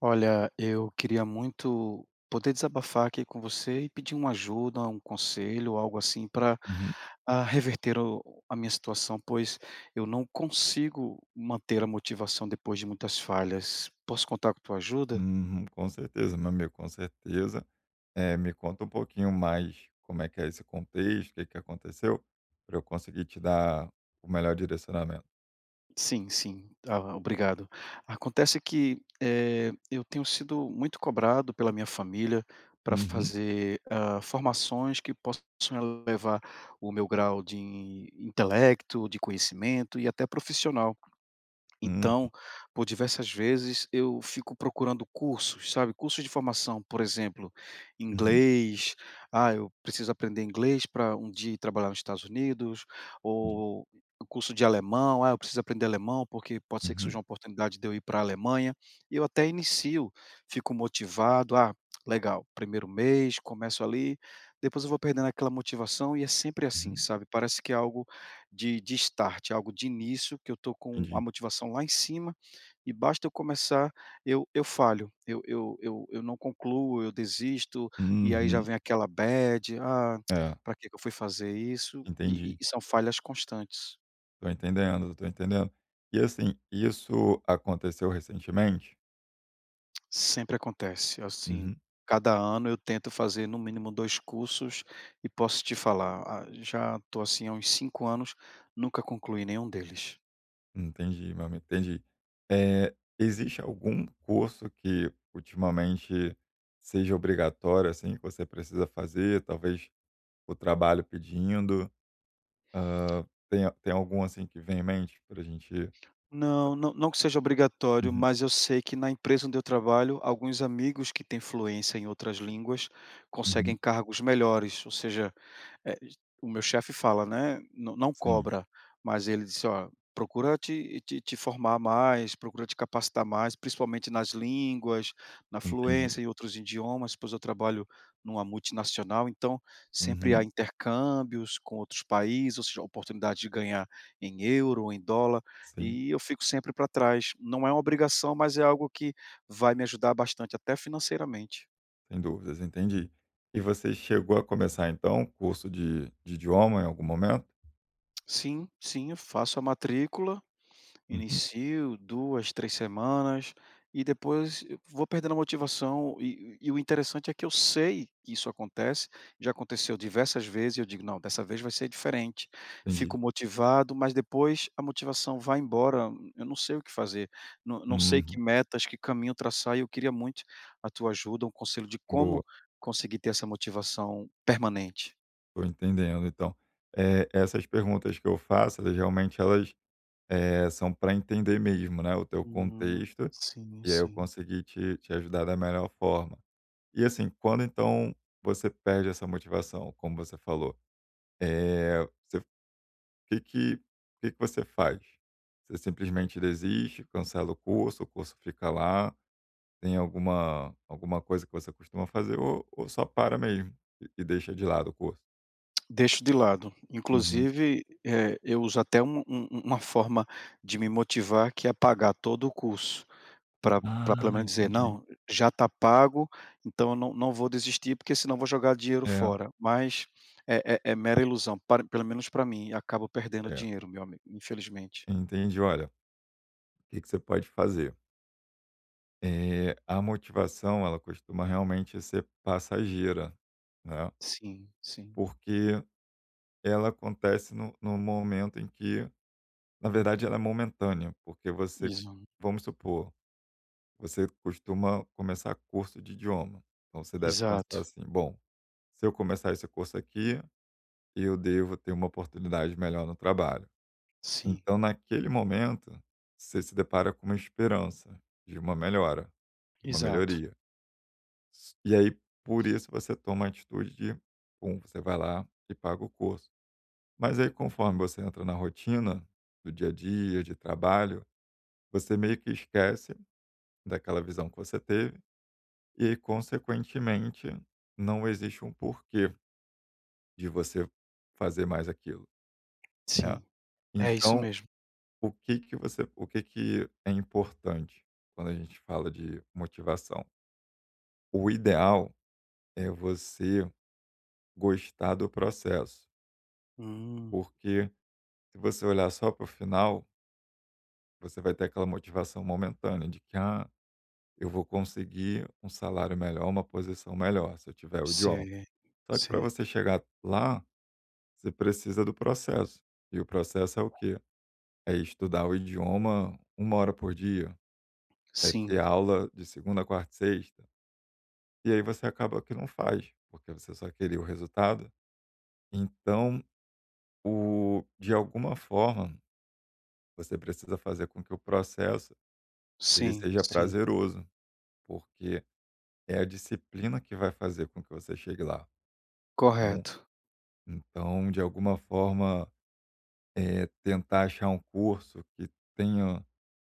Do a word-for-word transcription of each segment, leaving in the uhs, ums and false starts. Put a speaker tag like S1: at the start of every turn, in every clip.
S1: Olha, eu queria muito poder desabafar aqui com você e pedir uma ajuda, um conselho, algo assim, para
S2: Uhum.
S1: reverter o- a minha situação, pois eu não consigo manter a motivação depois de muitas falhas. Posso contar com tua ajuda?
S2: Uhum. Com certeza, meu amigo, com certeza. Eh, me conta um pouquinho mais como é que é esse contexto, o que que aconteceu, para eu conseguir te dar o melhor direcionamento.
S1: Sim, sim. Ah, obrigado. Acontece que, eh, eu tenho sido muito cobrado pela minha família para
S2: Uhum.
S1: fazer, hã, formações que possam elevar o meu grau de intelecto, de conhecimento e até profissional.
S2: Hum.
S1: Então, por diversas vezes eu fico procurando cursos, sabe, cursos de formação, por exemplo,
S2: Uhum.
S1: inglês, ah, eu preciso aprender inglês para um dia ir trabalhar nos Estados Unidos,
S2: Entendi.
S1: ou curso de alemão, ah, eu preciso aprender alemão porque pode ser que surja
S2: Uhum.
S1: uma oportunidade de eu ir para a Alemanha, e eu até inicio, fico motivado, ah, legal, primeiro mês, começo ali, depois eu vou perdendo aquela motivação e é sempre assim,
S2: Uhum.
S1: sabe, parece que é algo de de start, é algo de início, que eu estou com a
S2: Entendi.
S1: motivação lá em cima, e basta eu começar, eu eu falho, eu eu eu eu não concluo, eu desisto, e aí já
S2: Uhum.
S1: vem aquela bad, "Ah,
S2: É,
S1: para que que eu fui fazer isso?" E
S2: entendi.
S1: e são falhas constantes.
S2: Tô entendendo, tô entendendo. E, assim, isso aconteceu recentemente?
S1: Sempre acontece, assim,
S2: Uhum.
S1: cada ano eu tento fazer no mínimo dois cursos, e posso te falar, ah, já estou assim há uns cinco anos, nunca concluí nenhum deles.
S2: Entendi, meu amigo, entendi. Eh, Existe algum curso que ultimamente seja obrigatório, assim, que você precisa fazer, talvez o trabalho pedindo? Hã, tem tem algum, assim, que vem em mente para a gente.
S1: Não, não não que seja obrigatório,
S2: Uhum,
S1: mas eu sei que na empresa onde eu trabalho, alguns amigos que têm fluência em outras línguas
S2: uhum.
S1: conseguem cargos melhores, ou seja, é, o meu chefe fala, né, não não
S2: Sim,
S1: cobra, mas ele disse: "Ó, procura te te te formar mais, procura te capacitar mais, principalmente nas línguas, na
S2: entendi.
S1: fluência em outros idiomas", pois eu trabalho numa multinacional, então sempre há
S2: Uhum,
S1: intercâmbios com outros países, ou seja, oportunidade de ganhar em euro ou em dólar,
S2: sim,
S1: e eu fico sempre para trás. Não é uma obrigação, mas é algo que vai me ajudar bastante até financeiramente.
S2: sem dúvidas, entendi. E você chegou a começar, então, curso de de idioma em algum momento?
S1: Sim, sim, eu faço a matrícula.
S2: Uhum,
S1: Inicio duas três semanas e depois eu vou perdendo a motivação e e o interessante é que eu sei que isso acontece, já aconteceu diversas vezes e eu digo: "Não, dessa vez vai ser diferente".
S2: entendi.
S1: Fico motivado, mas depois a motivação vai embora, eu não sei o que fazer, não não sei que
S2: Uhum,
S1: metas, que caminho traçar e eu queria muito a tua ajuda, um conselho de
S2: boa.
S1: como conseguir ter essa motivação permanente.
S2: Estou entendendo. Então, eh, essas perguntas que eu faço, elas realmente elas, eh, são para entender mesmo, né, o teu
S1: Hum,
S2: contexto,
S1: sim,
S2: e aí eu
S1: sim.
S2: consegui te te ajudar da melhor forma. E assim, quando então você perde essa motivação, como você falou, eh, você o que que o que que você faz? Você simplesmente desiste, cancela o curso, o curso fica lá, tem alguma alguma coisa que você costuma fazer ou ou só para mesmo e e deixa de lado o curso?
S1: Deixo de lado.
S2: Uhum.
S1: Inclusive, eh, eu uso até um um um, uma forma de me motivar que é pagar todo o curso, para, pra
S2: Ah,
S1: pelo menos dizer:
S2: entendi.
S1: "Não, já está pago, então eu não não vou desistir, porque senão eu vou jogar dinheiro
S2: É,
S1: fora". Mas é é é mera ilusão, para pelo menos para mim, acabo perdendo
S2: certo.
S1: dinheiro, meu amigo, infelizmente.
S2: Entendi. Olha, o que que você pode fazer? Eh, a motivação, ela costuma realmente ser passageira, né,
S1: Sim, sim.
S2: porque ela acontece no no momento em que, na verdade, ela é momentânea, porque você,
S1: Isso.
S2: vamos supor, você costuma começar curso de idioma. Então você deve pensar
S1: Exato.
S2: assim: "Bom, se eu começar esse curso aqui, eu devo ter uma oportunidade melhor no trabalho".
S1: Sim,
S2: Então, naquele momento, você se depara com uma esperança de uma melhora, de uma
S1: exato.
S2: melhoria. S- E aí, por isso, você toma a atitude de, pum, você vai lá e paga o curso. Mas aí, conforme você entra na rotina do dia a dia, de trabalho, você meio que esquece daquela visão que você teve e, consequentemente, não existe um porquê de você fazer mais aquilo, né?
S1: Sim, é isso
S2: Então,
S1: mesmo.
S2: O que que você, o que que é importante quando a gente fala de motivação? O ideal é você gostar do processo,
S1: Hum,
S2: porque se você olhar só para o final, você vai ter aquela motivação momentânea de que: "Ah, eu vou conseguir um salário melhor, uma posição melhor, se eu tiver o idioma".
S1: sei,
S2: Só que para
S1: sei.
S2: você chegar lá, você precisa do processo. E o processo é o quê? É estudar o idioma uma hora por dia, é ter
S1: Sim,
S2: aula de segunda, quarta e sexta. E aí você acaba que não faz, porque você só queria o resultado. Então, o de alguma forma, você precisa fazer com que o processo ele
S1: sim,
S2: seja
S1: sim.
S2: prazeroso, porque é a disciplina que vai fazer com que você chegue lá. Então,
S1: Correto.
S2: então, de alguma forma, eh, tentar achar um curso que tenha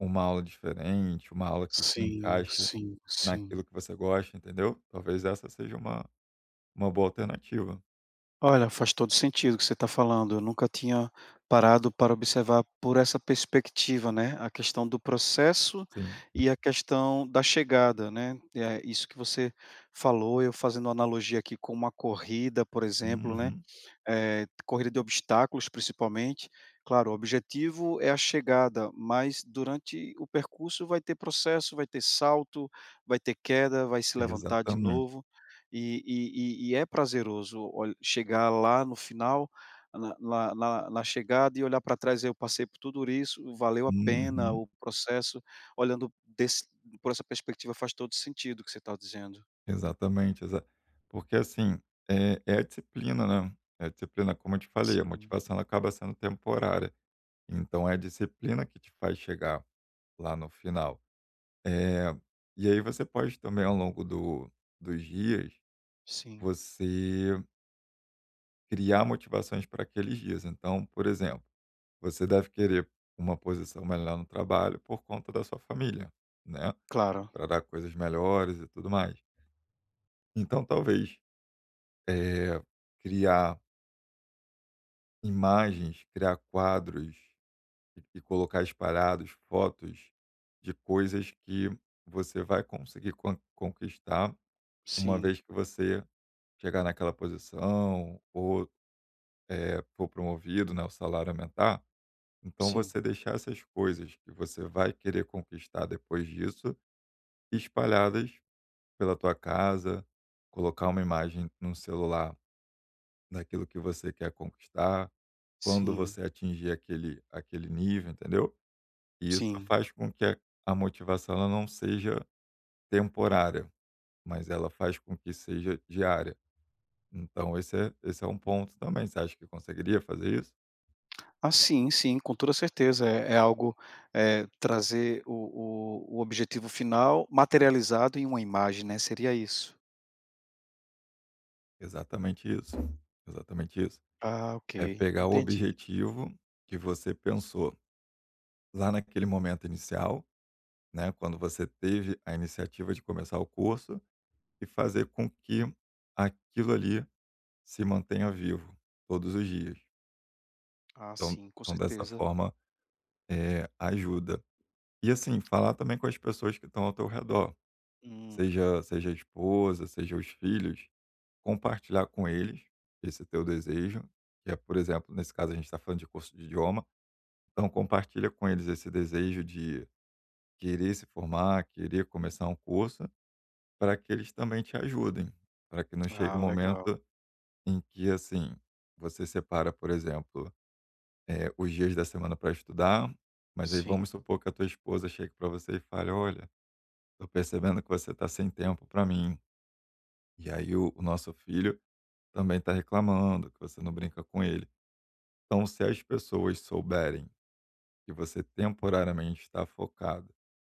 S2: uma aula diferente, uma aula que se
S1: Sim,
S2: encaixe
S1: sim, sim.
S2: naquilo que você gosta, entendeu? Talvez essa seja uma, uma boa alternativa.
S1: Olha, faz todo sentido o que você está falando. Eu nunca tinha parado para observar por essa perspectiva, né, a questão do processo
S2: Sim.
S1: e a questão da chegada, né. É isso que você falou, eu fazendo analogia aqui com uma corrida, por exemplo, né.
S2: Uhum.
S1: Eh, corrida de obstáculos, principalmente. Claro, o objetivo é a chegada, mas durante o percurso vai ter processo, vai ter salto, vai ter queda, vai se levantar de
S2: Exatamente.
S1: novo. E e e e é prazeroso ol chegar lá no final, na na na na chegada e olhar para trás: "Eu passei por tudo isso, valeu a pena
S2: Uhum.
S1: o processo". Olhando desse Por essa perspectiva, faz todo sentido o que você está dizendo.
S2: Exatamente, exa porque assim, é é a disciplina, né, é a disciplina, como eu te falei, a
S1: Sim,
S2: motivação ela acaba sendo temporária, então é a disciplina que te faz chegar lá no final. Eh, e aí você pode também ao longo do dos dias,
S1: sim.
S2: você criar motivações para aqueles dias. Então, por exemplo, você deve querer uma posição melhor no trabalho por conta da sua família, né,
S1: Claro.
S2: para dar coisas melhores e tudo mais. Então talvez eh, criar imagens, criar quadros e e colocar espalhados fotos de coisas que você vai conseguir con conquistar uma
S1: Sim,
S2: vez que você chegar naquela posição ou, eh, for promovido, né, o salário aumentar. Então
S1: sim,
S2: você deixar essas coisas que você vai querer conquistar depois disso espalhadas pela tua casa, colocar uma imagem no celular daquilo que você quer conquistar, quando
S1: sim.
S2: você atingir aquele aquele nível, entendeu? E isso
S1: Sim.
S2: faz com que a a motivação ela não seja temporária, mas ela faz com que seja diária. Então esse é esse é um ponto também. Você acha que conseguiria fazer isso?
S1: Ah, sim, sim, com toda certeza. É é algo, eh, trazer o o o objetivo final materializado em uma imagem, né, seria isso?
S2: Exatamente isso, exatamente isso.
S1: Ah, ok,
S2: É pegar o
S1: entendi.
S2: objetivo que você pensou lá naquele momento inicial, né, quando você teve a iniciativa de começar o curso e fazer com que aquilo ali se mantenha vivo todos os dias.
S1: Ah,
S2: Então
S1: sim, com
S2: então dessa
S1: certeza.
S2: forma, eh, ajuda. E assim, falar também com as pessoas que estão ao teu redor,
S1: Hum.
S2: seja seja a esposa, seja os filhos, compartilhar com eles esse teu desejo, que é, por exemplo, nesse caso a gente está falando de curso de idioma, então compartilha com eles esse desejo de querer se formar, querer começar um curso, para que eles também te ajudem, para que não
S1: Ah,
S2: chegue um
S1: legal.
S2: momento em que, assim, você separa, por exemplo, eh, os dias da semana para estudar, mas aí
S1: Sim,
S2: vamos supor que a tua esposa chegue para você e fale: "Olha, tô percebendo que você tá sem tempo para mim". E aí o o nosso filho também tá reclamando que você não brinca com ele. Então, se as pessoas souberem que você temporariamente está focado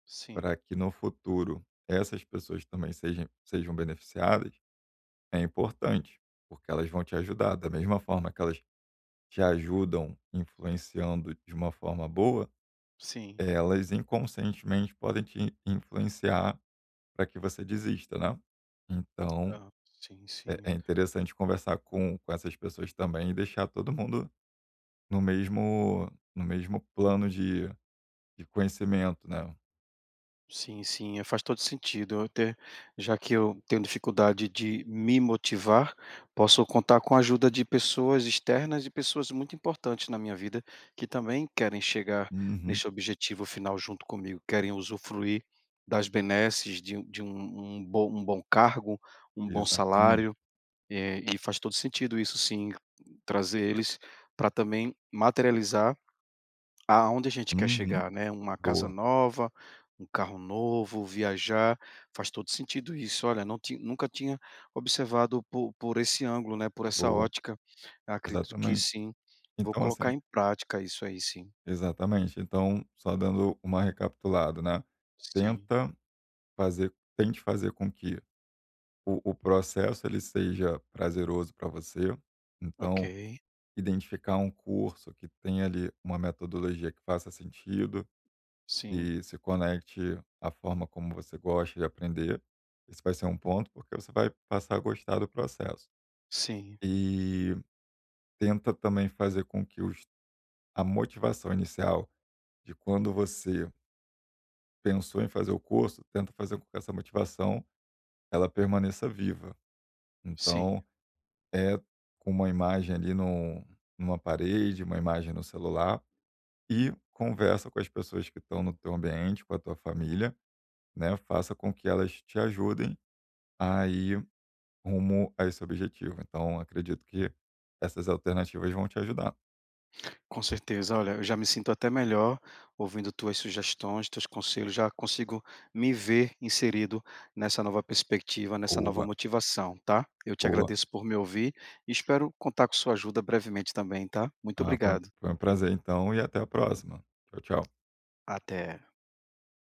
S1: sim,
S2: para que no futuro essas pessoas também sejam sejam beneficiadas, é importante, porque elas vão te ajudar. Da mesma forma que elas te ajudam influenciando de uma forma boa,
S1: sim.
S2: elas inconscientemente podem te influenciar para que você desista, né. Então,
S1: Aham. Sim,
S2: é é
S1: sim.
S2: interessante conversar com com essas pessoas também e deixar todo mundo no mesmo no mesmo plano de de conhecimento, né.
S1: Sim, sim, eh, faz todo sentido. Eu até já que eu tenho dificuldade de me motivar, posso contar com a ajuda de pessoas externas e pessoas muito importantes na minha vida, que também querem chegar
S2: Uhum,
S1: nesse objetivo final junto comigo, querem usufruir das benesses de um de um um bom um bom cargo, um bom
S2: exatamente.
S1: salário, eh, e faz todo sentido isso sim, trazer eles para também materializar aonde a gente quer
S2: Uhum.
S1: chegar, né, uma casa
S2: Boa,
S1: nova, um carro novo, viajar, faz todo sentido isso. Olha, não ti nunca tinha observado por por esse ângulo, né, por essa
S2: boa.
S1: ótica. Acredito que
S2: Exatamente.
S1: sim, vou
S2: Então
S1: colocar
S2: assim
S1: em prática isso aí sim.
S2: exatamente. Então, só dando uma recapitulada, né,
S1: Sim,
S2: tenta fazer tente fazer com que o o processo ele seja prazeroso para você.
S1: ok.
S2: Então, identificar um curso que tenha ali uma metodologia que faça sentido,
S1: Sim,
S2: que se conecte à forma como você gosta de aprender. Esse vai ser um ponto, porque você vai passar a gostar do processo.
S1: sim,
S2: E tenta também fazer com que os, a motivação inicial de quando você pensou em fazer o curso, tenta fazer com que essa motivação ela permaneça viva.
S1: sim.
S2: Então, É, com uma imagem ali num numa parede, uma imagem no celular e conversa com as pessoas que estão no teu ambiente, com a tua família, né, faça com que elas te ajudem a ir rumo a esse objetivo. Então acredito que essas alternativas vão te ajudar.
S1: Com certeza. Olha, eu já me sinto até melhor ouvindo tuas sugestões, teus conselhos, já consigo me ver inserido nessa nova perspectiva, nessa nova
S2: Boa,
S1: motivação, tá? Eu te
S2: boa.
S1: agradeço por me ouvir e espero contar com sua ajuda brevemente também, tá? Muito
S2: Ah, foi um
S1: obrigado.
S2: foi um prazer então, e até a próxima. Tchau, tchau.
S1: Até.